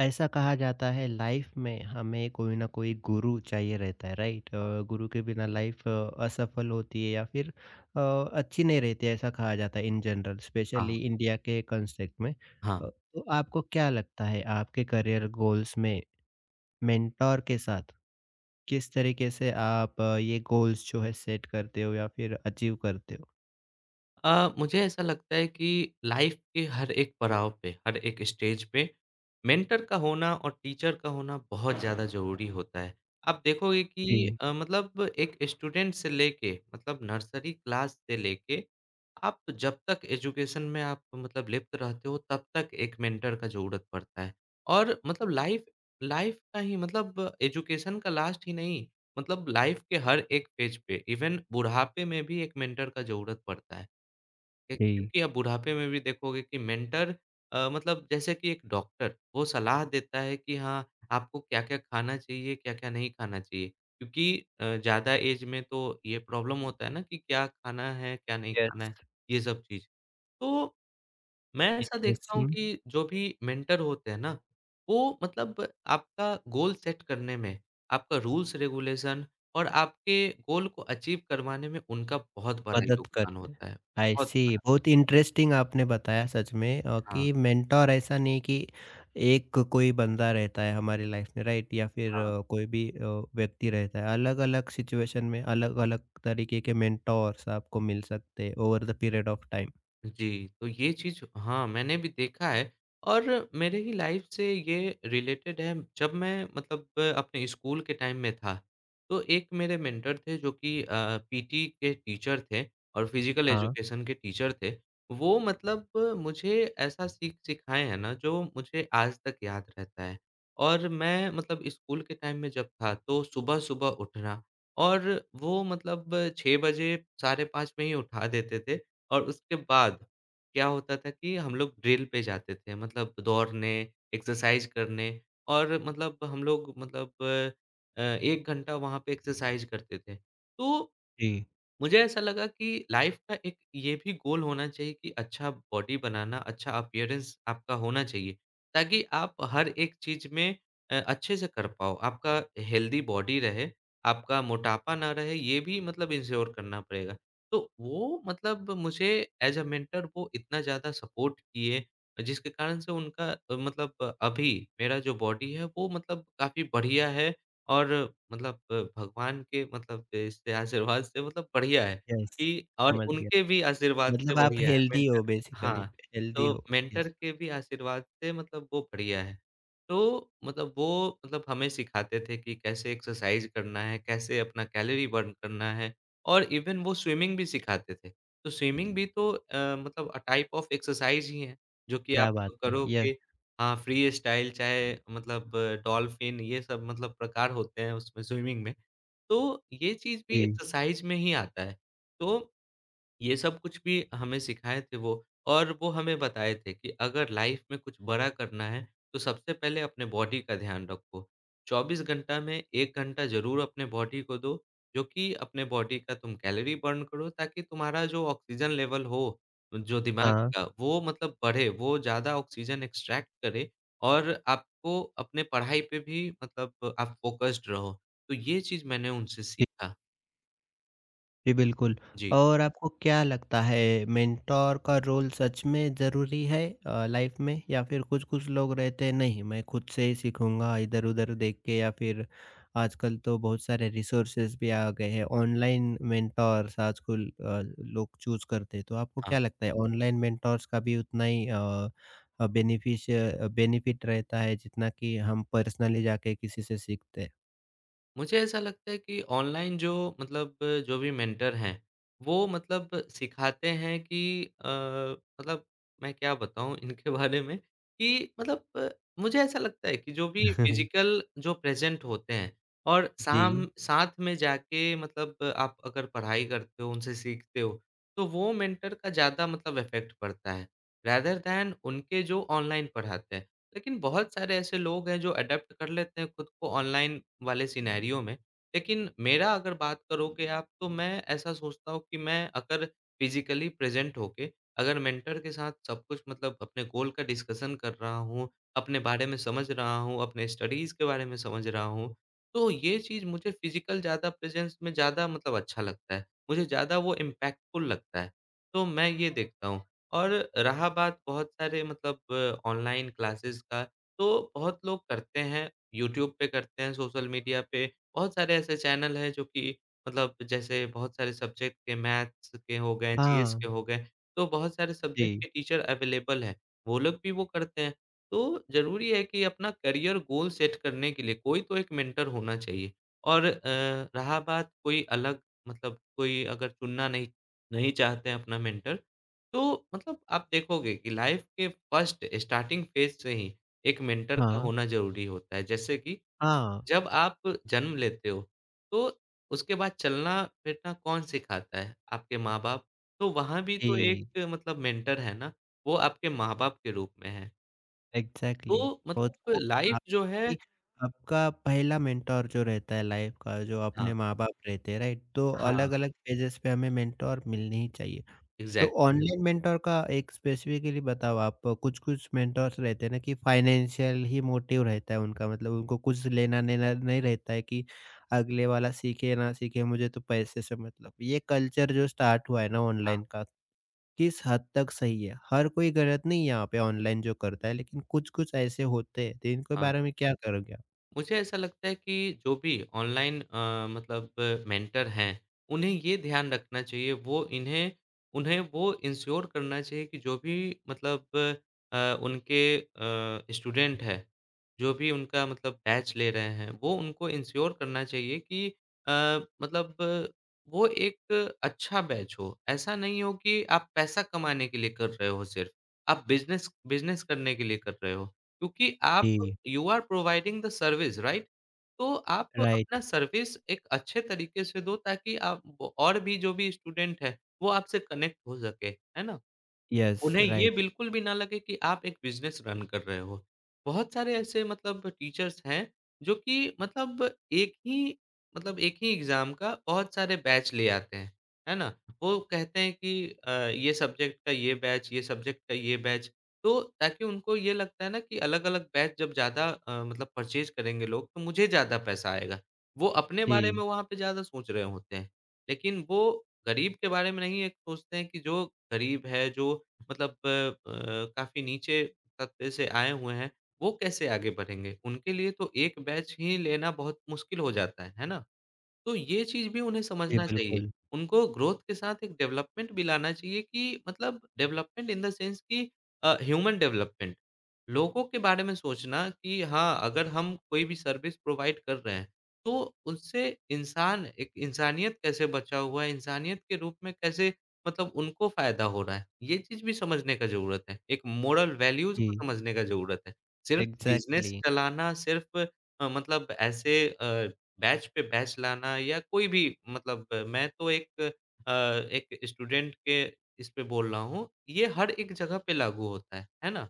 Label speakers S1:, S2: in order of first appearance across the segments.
S1: ऐसा कहा जाता है लाइफ में हमें कोई ना कोई गुरु चाहिए रहता है राइट। गुरु के बिना लाइफ असफल होती है या फिर अ, अच्छी नहीं रहती है, ऐसा कहा जाता है इन जनरल
S2: हाँ,
S1: स्पेशली इंडिया के कंसेप्ट में।
S2: हाँ।
S1: तो आपको क्या लगता है आपके करियर गोल्स में मेंटोर के साथ किस तरीके से आप ये गोल्स जो है सेट करते हो या फिर अचीव करते हो?
S2: मुझे ऐसा लगता है कि लाइफ के हर एक पड़ाव पे, हर एक स्टेज पे मेंटर का होना और टीचर का होना बहुत ज़्यादा ज़रूरी होता है। आप देखोगे कि
S1: जी।
S2: मतलब एक स्टूडेंट से लेके मतलब नर्सरी क्लास से लेके आप जब तक एजुकेशन में आप मतलब लिप्त रहते हो तब तक एक मेंटर का ज़रूरत पड़ता है। और मतलब लाइफ लाइफ का ही मतलब एजुकेशन का लास्ट ही नहीं, मतलब लाइफ के हर एक फेज पे इवन बुढ़ापे में भी एक मेंटर का ज़रूरत पड़ता है। एक
S1: जी।
S2: क्योंकि आप बुढ़ापे में भी देखोगे कि मेंटर मतलब जैसे कि एक डॉक्टर, वो सलाह देता है कि हाँ, आपको क्या-क्या खाना चाहिए, क्या-क्या नहीं खाना चाहिए। क्योंकि ज़्यादा एज में तो ये प्रॉब्लम होता है ना कि क्या खाना है, क्या नहीं खाना
S1: यस।
S2: है, ये सब चीज़। तो मैं ऐसा देखता हूँ
S1: इंटरेस्टिंग।
S2: कि जो भी मेंटर होते हैं ना, वो मतलब आपका गोल सेट करने में, आपका रूल्स रेगुलेशन और आपके गोल को अचीव करवाने में उनका बहुत बड़ा
S1: मदद
S2: योगदान
S1: करते हैं।
S2: होता है।
S1: आई
S2: बहुत
S1: सी।
S2: बड़ा।
S1: बहुत इंटरेस्टिंग आपने बताया सच में,
S2: हाँ।
S1: कि मेंटर ऐसा नहीं कि एक कोई बंदा रहता है हमारी लाइफ में राइट, या फिर
S2: हाँ,
S1: कोई भी व्यक्ति रहता है। अलग-अलग सिचुएशन में अलग-अलग तरीके के मेंटोर्स आपको मिल सकते हैं over the period of time.
S2: जी, तो ये चीज़ हाँ, मैंने भी देखा है और मेरे ही लाइफ़ से ये रिलेटेड है। जब मैं मतलब अपने स्कूल के टाइम में था, तो एक मेरे मेंटर थे जो कि पीटी के टीचर थे और फिज़िकल
S1: हाँ।
S2: एजुकेशन के टीचर थे। वो मतलब मुझे ऐसा सीख सिखाए हैं ना जो मुझे आज तक याद रहता है और मैं मतलब स्कूल के टाइम में जब था, तो सुबह-सुबह उठना और वो मतलब 6 बजे, साढ़े 5 में ही उठा देते थे और उसके बाद क्या होता था कि हम लोग ड्रिल पे जाते थे मतलब दौड़ने, एक्सरसाइज़ करने और मतलब हम लोग मतलब 1 घंटा वहाँ पे एक्सरसाइज़ करते थे। तो
S1: जी।
S2: मुझे ऐसा लगा कि लाइफ का एक ये भी गोल होना चाहिए कि अच्छा बॉडी बनाना, अच्छा अपीयरेंस आपका होना चाहिए, ताकि आप हर एक चीज़ में अच्छे से कर पाओ। आपका हेल्दी बॉडी रहे, आपका मोटापा ना रहे, ये भी मतलब इंश्योर करना पड़ेगा। तो वो मतलब मुझे एज़ अ मेंटर वो इतना ज़्यादा सपोर्ट किए, जिसके कारण से उनका मतलब अभी मेरा जो बॉडी है, वो मतलब काफ़ी बढ़िया है और मतलब भगवान के मतलब इससे आशीर्वाद से मतलब बढ़िया है
S1: यस।
S2: कि और
S1: समझ गया।
S2: उनके भी आशीर्वाद से
S1: मतलब आप
S2: बढ़िया है
S1: हेल्दी
S2: मेंटर
S1: हो बेसिकली,
S2: हाँ,
S1: हेल्दी
S2: तो
S1: हो।
S2: Mentor
S1: yes.
S2: के भी आशीर्वाद से मतलब वो बढ़िया है। तो मतलब वो मतलब हमें सिखाते थे कि कैसे एक्सरसाइज़ करना है, कैसे अपना कैलोरी बर्न करना है और इवन वो स्विमिंग भी सिखाते थे। तो स्विमिंग भी तो मतलब टाइप ऑफ एक्सरसाइज़ ही है, जो कि आप
S1: क्या बात है। यस।
S2: करोगे हाँ, फ्री स्टाइल चाहे मतलब डॉल्फ़िन ये सब मतलब प्रकार होते हैं उसमें स्विमिंग में, तो ये चीज़ भी
S1: जी।
S2: एक्सरसाइज़ में ही आता है। तो ये सब कुछ भी हमें सिखाए थे वो और वो हमें बताए थे कि अगर लाइफ में कुछ बड़ा करना है, तो सबसे पहले अपने बॉडी का ध्यान रखो। 24 घंटा में 1 घंटा ज़रूर अपने बॉडी को दो, जो कि अपने बॉडी का तुम कैलोरी बर्न करो ताकि तुम्हारा जो ऑक्सीजन लेवल हो, जो दिमाग जी।
S1: हाँ।
S2: का, वो मतलब बढ़े, वो ज़्यादा ऑक्सीजन एक्सट्रैक्ट करे और आपको अपने पढ़ाई पे भी मतलब आप फ़ोकस्ड रहो। तो ये चीज़ मैंने उनसे सीखा।
S1: जी, बिल्कुल।
S2: जी,
S1: और आपको क्या लगता है मेंटर का रोल सच में ज़रूरी है लाइफ में, या फिर कुछ-कुछ लोग रहते हैं नहीं मैं खुद से ही सीखूँगा इधर-उधर देख के, या फिर आजकल तो बहुत सारे रिसोर्सेज़ भी आ गए हैं ऑनलाइन मेंटर्स आजकल लोग चूज़ करते हैं। तो आपको
S2: हाँ।
S1: क्या लगता है ऑनलाइन मेंटर्स का भी उतना ही बेनिफिट रहता है जितना कि हम पर्सनली जाके किसी से सीखते हैं?
S2: मुझे ऐसा लगता है कि ऑनलाइन जो मतलब जो भी मेंटर हैं, वो मतलब सिखाते हैं कि मतलब मैं क्या बताऊँ इनके बारे में कि मतलब मुझे ऐसा लगता है कि जो भी फिज़िकल जो प्रेज़ेंट होते हैं और
S1: जी।
S2: साम साथ में जाके मतलब आप अगर पढ़ाई करते हो, उनसे सीखते हो, तो वो मेंटर का ज़्यादा मतलब इफ़ेक्ट पड़ता है, रेदर दैन उनके जो ऑनलाइन पढ़ाते हैं। लेकिन बहुत सारे ऐसे लोग हैं जो अडैप्ट कर लेते हैं खुद को ऑनलाइन वाले सिनेरियो में। लेकिन मेरा अगर बात करोगे आप तो मैं ऐसा सोचता हूँ कि मैं अगर फिज़िकली प्रेज़ेंट होके अगर मेंटर के साथ सब कुछ मतलब अपने गोल का डिस्कशन कर रहा हूँ, अपने बारे में समझ रहा हूँ, अपने स्टडीज़ के बारे में समझ रहा हूँ, तो ये चीज़ मुझे फिज़िकल ज़्यादा प्रेज़ेंस में ज़्यादा मतलब अच्छा लगता है। मुझे ज़्यादा वो इम्पैक्टफुल लगता है। तो मैं ये देखता हूँ। और रहा बात बहुत सारे मतलब ऑनलाइन क्लासेस का, तो बहुत लोग करते हैं, यूट्यूब पे करते हैं, सोशल मीडिया पे, बहुत सारे ऐसे चैनल हैं जो कि मतलब जैसे बहुत सारे सब्जेक्ट के मैथ्स के हो गए, जीएस
S1: हाँ,
S2: के हो गए, तो बहुत सारे सब्जेक्ट
S1: जी।
S2: के टीचर अवेलेबल हैं, वो लोग भी वो करते हैं। तो ज़रूरी है कि अपना करियर गोल सेट करने के लिए कोई तो एक मेंटर होना चाहिए और रहा बात कोई अलग मतलब कोई अगर चुनना नहीं नहीं चाहते हैं अपना मेंटर तो मतलब आप देखोगे कि लाइफ के फर्स्ट स्टार्टिंग फेज से ही एक मेंटर का
S1: हाँ,
S2: होना ज़रूरी होता है। जैसे कि
S1: हाँ।
S2: जब आप जन्म लेते हो, तो उसके बाद चलना-फिरना कौन सिखाता है? आपके माँ-बाप। तो वहाँ भी तो एक
S1: जी,
S2: मतलब मेंटर है ना, वो आपके माँ-बाप के रूप में है।
S1: एग्ज़ैक्टली।
S2: तो
S1: बहुत
S2: मतलब
S1: खूब कहा
S2: लाइफ जो
S1: आपने
S2: है
S1: कि आपका पहला मेंटर जो रहता है लाइफ़ का जो
S2: हाँ,
S1: अपने माँ-बाप रहते हैं, राइट? तो
S2: हाँ,
S1: अलग-अलग फेजेज़ पे हमें मेंटर मिलने ही चाहिए। तो
S2: एग्ज़ैक्टली।
S1: ऑनलाइन मेंटर का एक स्पेसिफ़िकली बताओ, आप कुछ-कुछ मेंटर्स रहते हैं ना कि फ़ाइनेंशियल ही मोटिव रहता है उनका, मतलब उनको कुछ लेना-देना नहीं रहता है कि अगले वाला सीखे ना सीखे मुझे तो पैसे से मतलब। ये कल्चर जो स्टार्ट हुआ है ना
S2: हाँ,
S1: ऑनलाइन का, किस हद तक सही है? हर कोई गलत नहीं है यहाँ पे ऑनलाइन जो करता है, लेकिन कुछ-कुछ ऐसे होते हैं, तो इनके
S2: हाँ।
S1: बारे में क्या करोगे आप?
S2: मुझे ऐसा लगता है कि जो भी ऑनलाइन मतलब मेंटर हैं, उन्हें ये ध्यान रखना चाहिए वो इन्हें उन्हें वो इंश्योर करना चाहिए कि जो भी मतलब अ, उनके स्टूडेंट हैं, जो भी उनका मतलब बैच ले रहे हैं, वो उनको इंश्योर करना चाहिए कि अ, मतलब वो एक अच्छा बैच हो। ऐसा नहीं हो कि आप पैसा कमाने के लिए कर रहे हो सिर्फ, आप बिज़नेस बिज़नेस करने के लिए कर रहे हो। क्योंकि आप
S1: जी,
S2: you are providing the service right? तो आप
S1: राइट।
S2: अपना सर्विस एक अच्छे तरीके से दो ताकि आप वो- और भी जो भी स्टूडेंट है, वो आपसे कनेक्ट हो सके, है ना?
S1: यस,
S2: उन्हें ये
S1: राइट।
S2: बिल्कुल भी ना लगे कि आप एक बिज़नेस रन कर रहे हो। बहुत सारे ऐसे मतलब टीचर्स हैं, जो कि मतलब एक ही एक ही एग्ज़ाम का बहुत सारे बैच ले आते हैं। है ना? वो कहते हैं कि ये सब्जेक्ट का ये बैच, ये सब्जेक्ट का ये बैच। तो ताकि उनको ये लगता है ना कि अलग-अलग बैच जब ज़्यादा मतलब परचेज़ करेंगे लोग, तो मुझे ज़्यादा पैसा आएगा। वो अपने बारे में
S1: जी।
S2: वहाँ पे ज़्यादा सोच रहे होते हैं। लेकिन वो गरीब के बारे में नहीं एक सोचते हैं कि जो गरीब है, जो मतलब काफ़ी नीचे तबके से आए हुए हैं, वो कैसे आगे बढ़ेंगे? उनके लिए तो एक बैच ही लेना बहुत मुश्किल हो जाता है ना? तो ये चीज़ भी उन्हें
S1: जी,
S2: समझना चाहिए।
S1: बिल्कुल।
S2: उनको ग्रोथ के साथ एक डेवलपमेंट भी लाना चाहिए कि मतलब डेवलपमेंट इन द सेंस कि ह्यूमन डेवलपमेंट। लोगों के बारे में सोचना कि हाँ, अगर हम कोई भी सर्विस प्रोवाइड कर रहे हैं, तो उससे इंसान एक इंसानियत कैसे बचा हुआ है, इंसानियत के रूप में कैसे मतलब उनको फ़ायदा हो रहा है, ये चीज़ भी समझने का ज़रूरत है। एक मोरल वैल्यूज़ को
S1: जी,
S2: समझने का ज़रूरत है। सिर्फ़ बिज़नेस
S1: एग्ज़ैक्टली।
S2: चलाना, सिर्फ़ मतलब ऐसे बैच पे बैच लाना या कोई भी मतलब मैं तो एक स्टूडेंट के इस पे बोल रहा हूँ, ये हर एक जगह पे लागू होता है ना?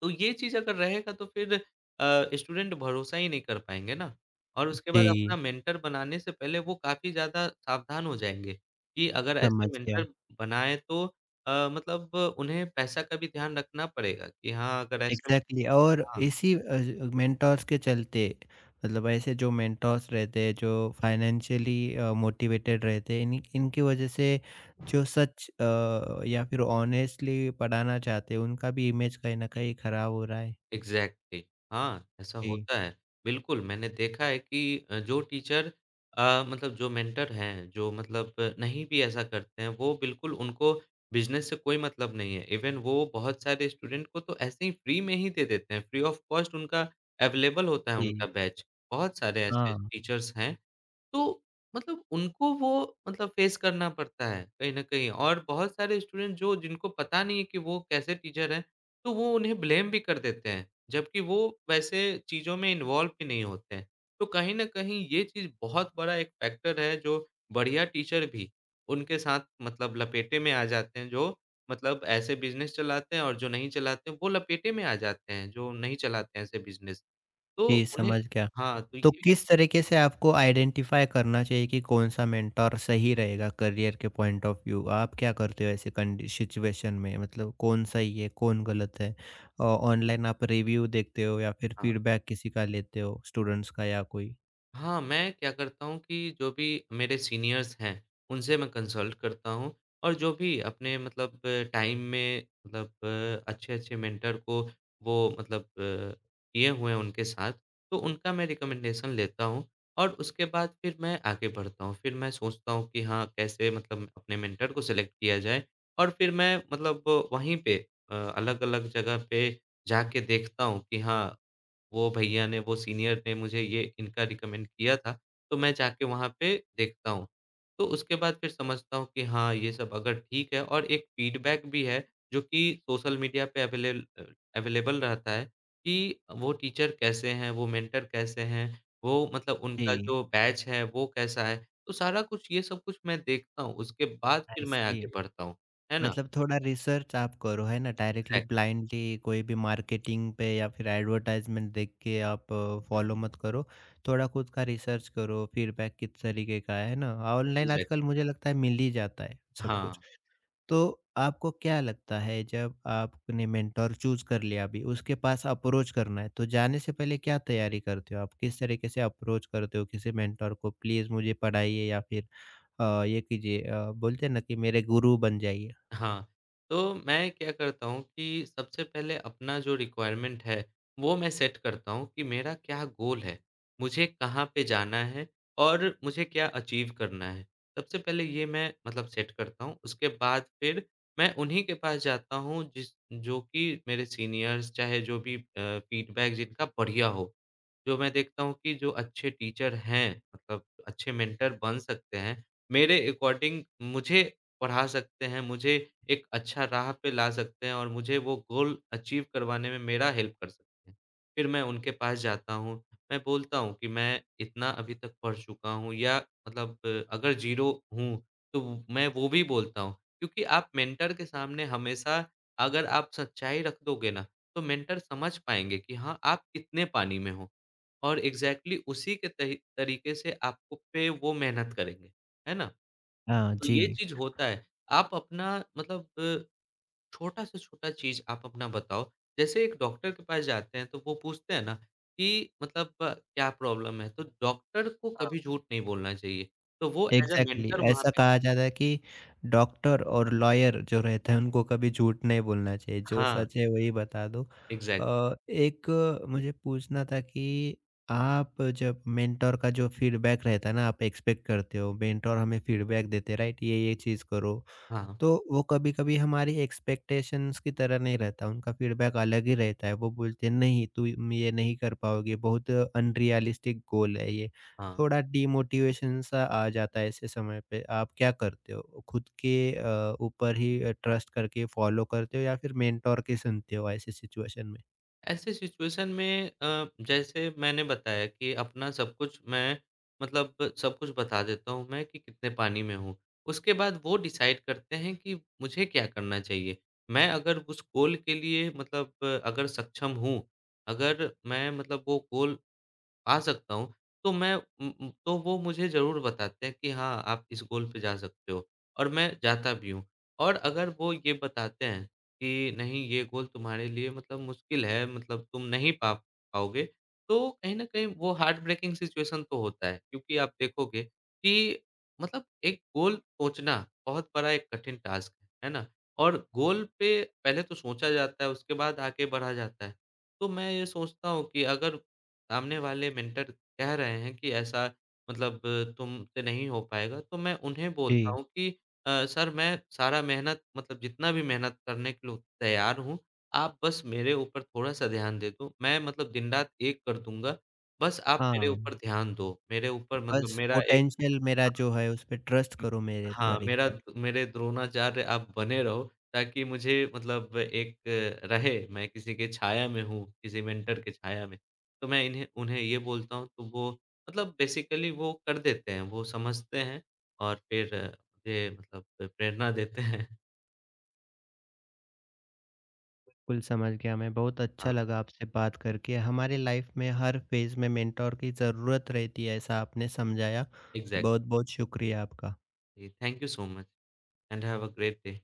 S2: तो ये चीज़ अगर रहेगा तो फिर स्टूडेंट भरोसा ही नहीं कर पाएँगे ना और उसके बाद अपना
S1: जी,
S2: मेंटर बनाने से पहले वो काफ़ी ज़्यादा सावधान हो जाएँगे कि अगर ऐसे
S1: समझ
S2: मेंटर
S1: गया।
S2: बनाएँ तो मतलब उन्हें पैसा का भी ध्यान रखना पड़ेगा कि हाँ, अगर ऐसे में
S1: एग्ज़ैक्टली, और
S2: हाँ।
S1: इसी अ, ज मेंटॉर्स के चलते, मतलब ऐसे जो मेंटॉर्स रहते हैं, जो फाइनेंशियली मोटिवेटेड रहते हैं, इन्हीं इनकी वजह से जो सच या फिर ऑनेस्टली पढ़ाना चाहते हैं, उनका भी इमेज कहीं न कहीं खराब हो रहा है।
S2: एग्ज़ैक्टली हाँ, ऐसा जी।
S1: जी।
S2: होता है। बिल्कुल, मैंने देखा है कि जो टीचर मतलब जो मेंटर हैं, जो मतलब नहीं भी ऐसा करते हैं, वो बिल्कुल उनको बिज़नेस से कोई मतलब नहीं है। इवन वो बहुत सारे स्टूडेंट को तो ऐसे ही फ्री में ही दे देते हैं, फ्री ऑफ कॉस्ट उनका अवेलेबल होता है
S1: जी।
S2: उनका बैच। बहुत सारे ऐसे
S1: हाँ,
S2: टीचर्स हैं तो मतलब उनको वो मतलब फेस करना पड़ता है कहीं न कहीं और बहुत सारे स्टूडेंट जो जिनको पता नहीं है कि वो कैसे टीचर हैं, तो वो उन्हें ब्लेम भी कर देते हैं, जबकि वो वैसे चीज़ों में इन्वॉल्व भी नहीं होते हैं। तो कहीं न कहीं ये चीज़ बहुत बड़ा एक फैक्टर है जो बढ़िया टीचर भी उनके साथ मतलब लपेटे में आ जाते हैं, जो मतलब ऐसे बिज़नेस चलाते हैं और जो नहीं चलाते हैं, वो लपेटे में आ जाते हैं, जो नहीं चलाते हैं ऐसे बिज़नेस। तो
S1: जी,
S2: उन्हें
S1: समझ गया।
S2: हाँ, तो
S1: तो
S2: ये
S1: किस तरीके से आपको आइडेंटिफ़ाई करना चाहिए कि कौन-सा मेंटर सही रहेगा करियर के पॉइंट ऑफ व्यू? आप क्या करते हो ऐसे कंडी सिचुएशन में, मतलब कौन सही है, कौन गलत है? ऑनलाइन आप रिव्यू देखते हो या फिर
S2: हाँ।
S1: फीडबैक किसी का लेते हो स्टूडेंट्स का या कोई?
S2: हाँ, मैं क्या करता हूँ कि जो भी मेरे सीनियर्स हैं, उनसे मैं कंसल्ट करता हूँ और जो भी अपने मतलब टाइम में मतलब अच्छे-अच्छे मेंटर को वो मतलब किए हुए हैं उनके साथ, तो उनका मैं रिकमेंडेशन लेता हूँ और उसके बाद फिर मैं आगे बढ़ता हूँ। फिर मैं सोचता हूँ कि हाँ, कैसे मतलब अपने मेंटर को सेलेक्ट किया जाए और फिर मैं मतलब वहीं पे अलग-अलग जगह पे जाके देखता हूँ कि हाँ वो भैया ने, वो सीनियर ने मुझे ये इनका रिकमेंड किया था, तो मैं जाके वहाँ पे देखता हूँ। तो उसके बाद फिर समझता हूँ कि हाँ, ये सब अगर ठीक है और एक फीडबैक भी है जो कि सोशल मीडिया पे अवेलेबल रहता है कि वो टीचर कैसे हैं, वो मेंटर कैसे हैं, वो मतलब उनका
S1: जी,
S2: जो बैच है वो कैसा है। तो सारा कुछ ये सब कुछ मैं देखता हूँ, उसके बाद
S1: आई
S2: फिर मैं आगे
S1: सी।
S2: बढ़ता हूँ। है ना?
S1: मतलब थोड़ा रिसर्च आप करो, है ना? डायरेक्टली
S2: एग्ज़ैक्ट,
S1: ब्लाइंडली कोई भी मार्केटिंग पे या फिर एडवर्टाइज़मेंट देख के आप फॉलो मत करो। थोड़ा खुद का रिसर्च करो, फीडबैक किस तरीके का है ना? Online
S2: exact.
S1: आजकल मुझे लगता है मिल ही जाता है सब कुछ।
S2: हाँ।
S1: तो आपको क्या लगता है जब आपने मेंटर चूज़ कर लिया अभी, उसके पास अप्रोच करना है, तो जाने से पहले क्या तैयारी करते हो आप? किस तरीके से अप्रोच करते हो किसी मेंटर को, प्लीज़ मुझे पढ़ाइए, या फिर ये कीजिए, बोलते हैं ना कि मेरे गुरु बन जाइए?
S2: हाँ, तो मैं क्या करता हूँ कि सबसे पहले अपना जो रिक्वायरमेंट है, वो मैं सेट करता हूँ कि मेरा क्या गोल है? मुझे कहाँ पे जाना है और मुझे क्या अचीव करना है? सबसे पहले ये मैं मतलब सेट करता हूँ, उसके बाद फिर मैं उन्हीं के पास जाता हूँ जिस जो कि मेरे सीनियर्स चाहे जो भी फीडबैक जिनका बढ़िया हो। जो मैं देखता हूँ कि जो अच्छे टीचर हैं, मतलब अच्छे मेंटर बन सकते हैं, मेरे अकॉर्डिंग मुझे पढ़ा सकते हैं, मुझे एक अच्छा राह पे ला सकते हैं और मुझे वो गोल अचीव करवाने में मेरा हेल्प कर सकते हैं। फिर मैं उनके पास जाता हूँ, मैं बोलता हूँ कि मैं इतना अभी तक पढ़ चुका हूँ या मतलब अगर ज़ीरो हूँ, तो मैं वो भी बोलता हूँ। क्योंकि आप मेंटर के सामने हमेशा अगर आप सच्चाई रख दोगे ना, तो मेंटर समझ पाएँगे कि हाँ, आप कितने पानी में हो और एग्ज़ैक्टली उसी के तही तरीके से आपको पे वो मेहनत करेंगे, है ना?
S1: हाँ
S2: तो ये
S1: जी।
S2: चीज़ होता है। आप अपना मतलब छोटा से छोटा चीज़ आप अपना बताओ। जैसे एक डॉक्टर के पास जाते हैं तो वो पूछते हैं ना कि मतलब क्या प्रॉब्लम है? तो डॉक्टर को
S1: हाँ।
S2: कभी झूठ नहीं बोलना चाहिए। तो वो एज़ अ
S1: एग्ज़ैक्टली,
S2: मेंटर वहाँ
S1: ऐसा
S2: पे
S1: कहा जाता है कि डॉक्टर और लॉयर जो रहते हैं उनको कभी झूठ नहीं बोलना चाहिए, जो
S2: हाँ,
S1: सच है वही बता दो।
S2: एग्ज़ैक्ट।
S1: मुझे पूछना था कि आप जब मेंटर का जो फीडबैक रहता है ना आप एक्सपेक्ट करते हो, मेंटर हमें फीडबैक देते हैं राइट? ये चीज़ करो।
S2: हाँ,
S1: तो वो कभी-कभी हमारी एक्सपेक्टेशंस की तरह नहीं रहता, उनका फीडबैक अलग ही रहता है। वो बोलते हैं नहीं तुम ये नहीं कर पाओगे, बहुत अनरियलिस्टिक गोल है ये।
S2: हाँ।
S1: थोड़ा डिमोटिवेशन सा आ जाता है ऐसे समय पे। आप क्या करते हो? खुद के ऊपर ही ट्रस्ट करके फॉलो करते हो या फिर मेंटोर की सुनते हो ऐसी सिचुएशन में?
S2: ऐसे सिचुएशन में जैसे मैंने बताया कि अपना सब कुछ मैं मतलब सब कुछ बता देता हूँ मैं कि कितने पानी में हूँ। उसके बाद वो डिसाइड करते हैं कि मुझे क्या करना चाहिए। मैं अगर उस गोल के लिए मतलब अगर सक्षम हूँ, अगर मैं मतलब वो गोल आ सकता हूँ, तो तो वो मुझे ज़रूर बताते हैं कि हाँ, आप इस गोल पे जा सकते हो और मैं जाता भी हूँ। और अगर वो ये बताते हैं कि नहीं ये गोल तुम्हारे लिए मतलब मुश्किल है, मतलब तुम नहीं पा पाओगे, तो कहीं न कहीं वो हार्ट ब्रेकिंग सिचुएशन तो होता है क्योंकि आप देखोगे कि मतलब एक गोल सोचना बहुत बड़ा एक कठिन टास्क है ना? और गोल पे पहले तो सोचा जाता है, उसके बाद आगे बढ़ा जाता है। तो मैं ये सोचता हूँ कि अगर सामने वाले मेंटर कह रहे हैं कि ऐसा मतलब तुमसे नहीं हो पाएगा, तो मैं उन्हें बोलता
S1: जी,
S2: हूँ कि सर मैं सारा मेहनत मतलब जितना भी मेहनत करने के लिए तैयार हूँ, आप बस मेरे ऊपर थोड़ा-सा ध्यान दे दो। मैं मतलब दिन-रात एक कर दूँगा, बस आप मेरे
S1: हाँ।
S2: ऊपर ध्यान दो। मेरे ऊपर मतलब
S1: बस
S2: मेरा एक
S1: पोटेंशियल मेरा जो है उस पे ट्रस्ट
S2: हुँ।
S1: करो मेरे
S2: हाँ,
S1: ऊपर
S2: मेरा
S1: एक।
S2: मेरे द्रोणाचार्य आप बने रहो ताकि मुझे मतलब एक रहे, मैं किसी के छाया में हूँ, किसी मेंटर के छाया में। तो मैं इन्हें उन्हें ये बोलता हूँ तो वो मतलब बेसिकली वो कर देते हैं, वो समझते हैं और फिर मुझे मतलब प्रेरणा देते हैं।
S1: बिल्कुल समझ गया मैं। बहुत अच्छा
S2: हाँ,
S1: लगा आपसे बात करके। हमारे लाइफ में हर फेज़ में मेंटर की ज़रूरत रहती है ऐसा आपने समझाया।
S2: एग्ज़ैक्टली।
S1: बहुत-बहुत शुक्रिया आपका।
S2: Thank you so much and have a great day.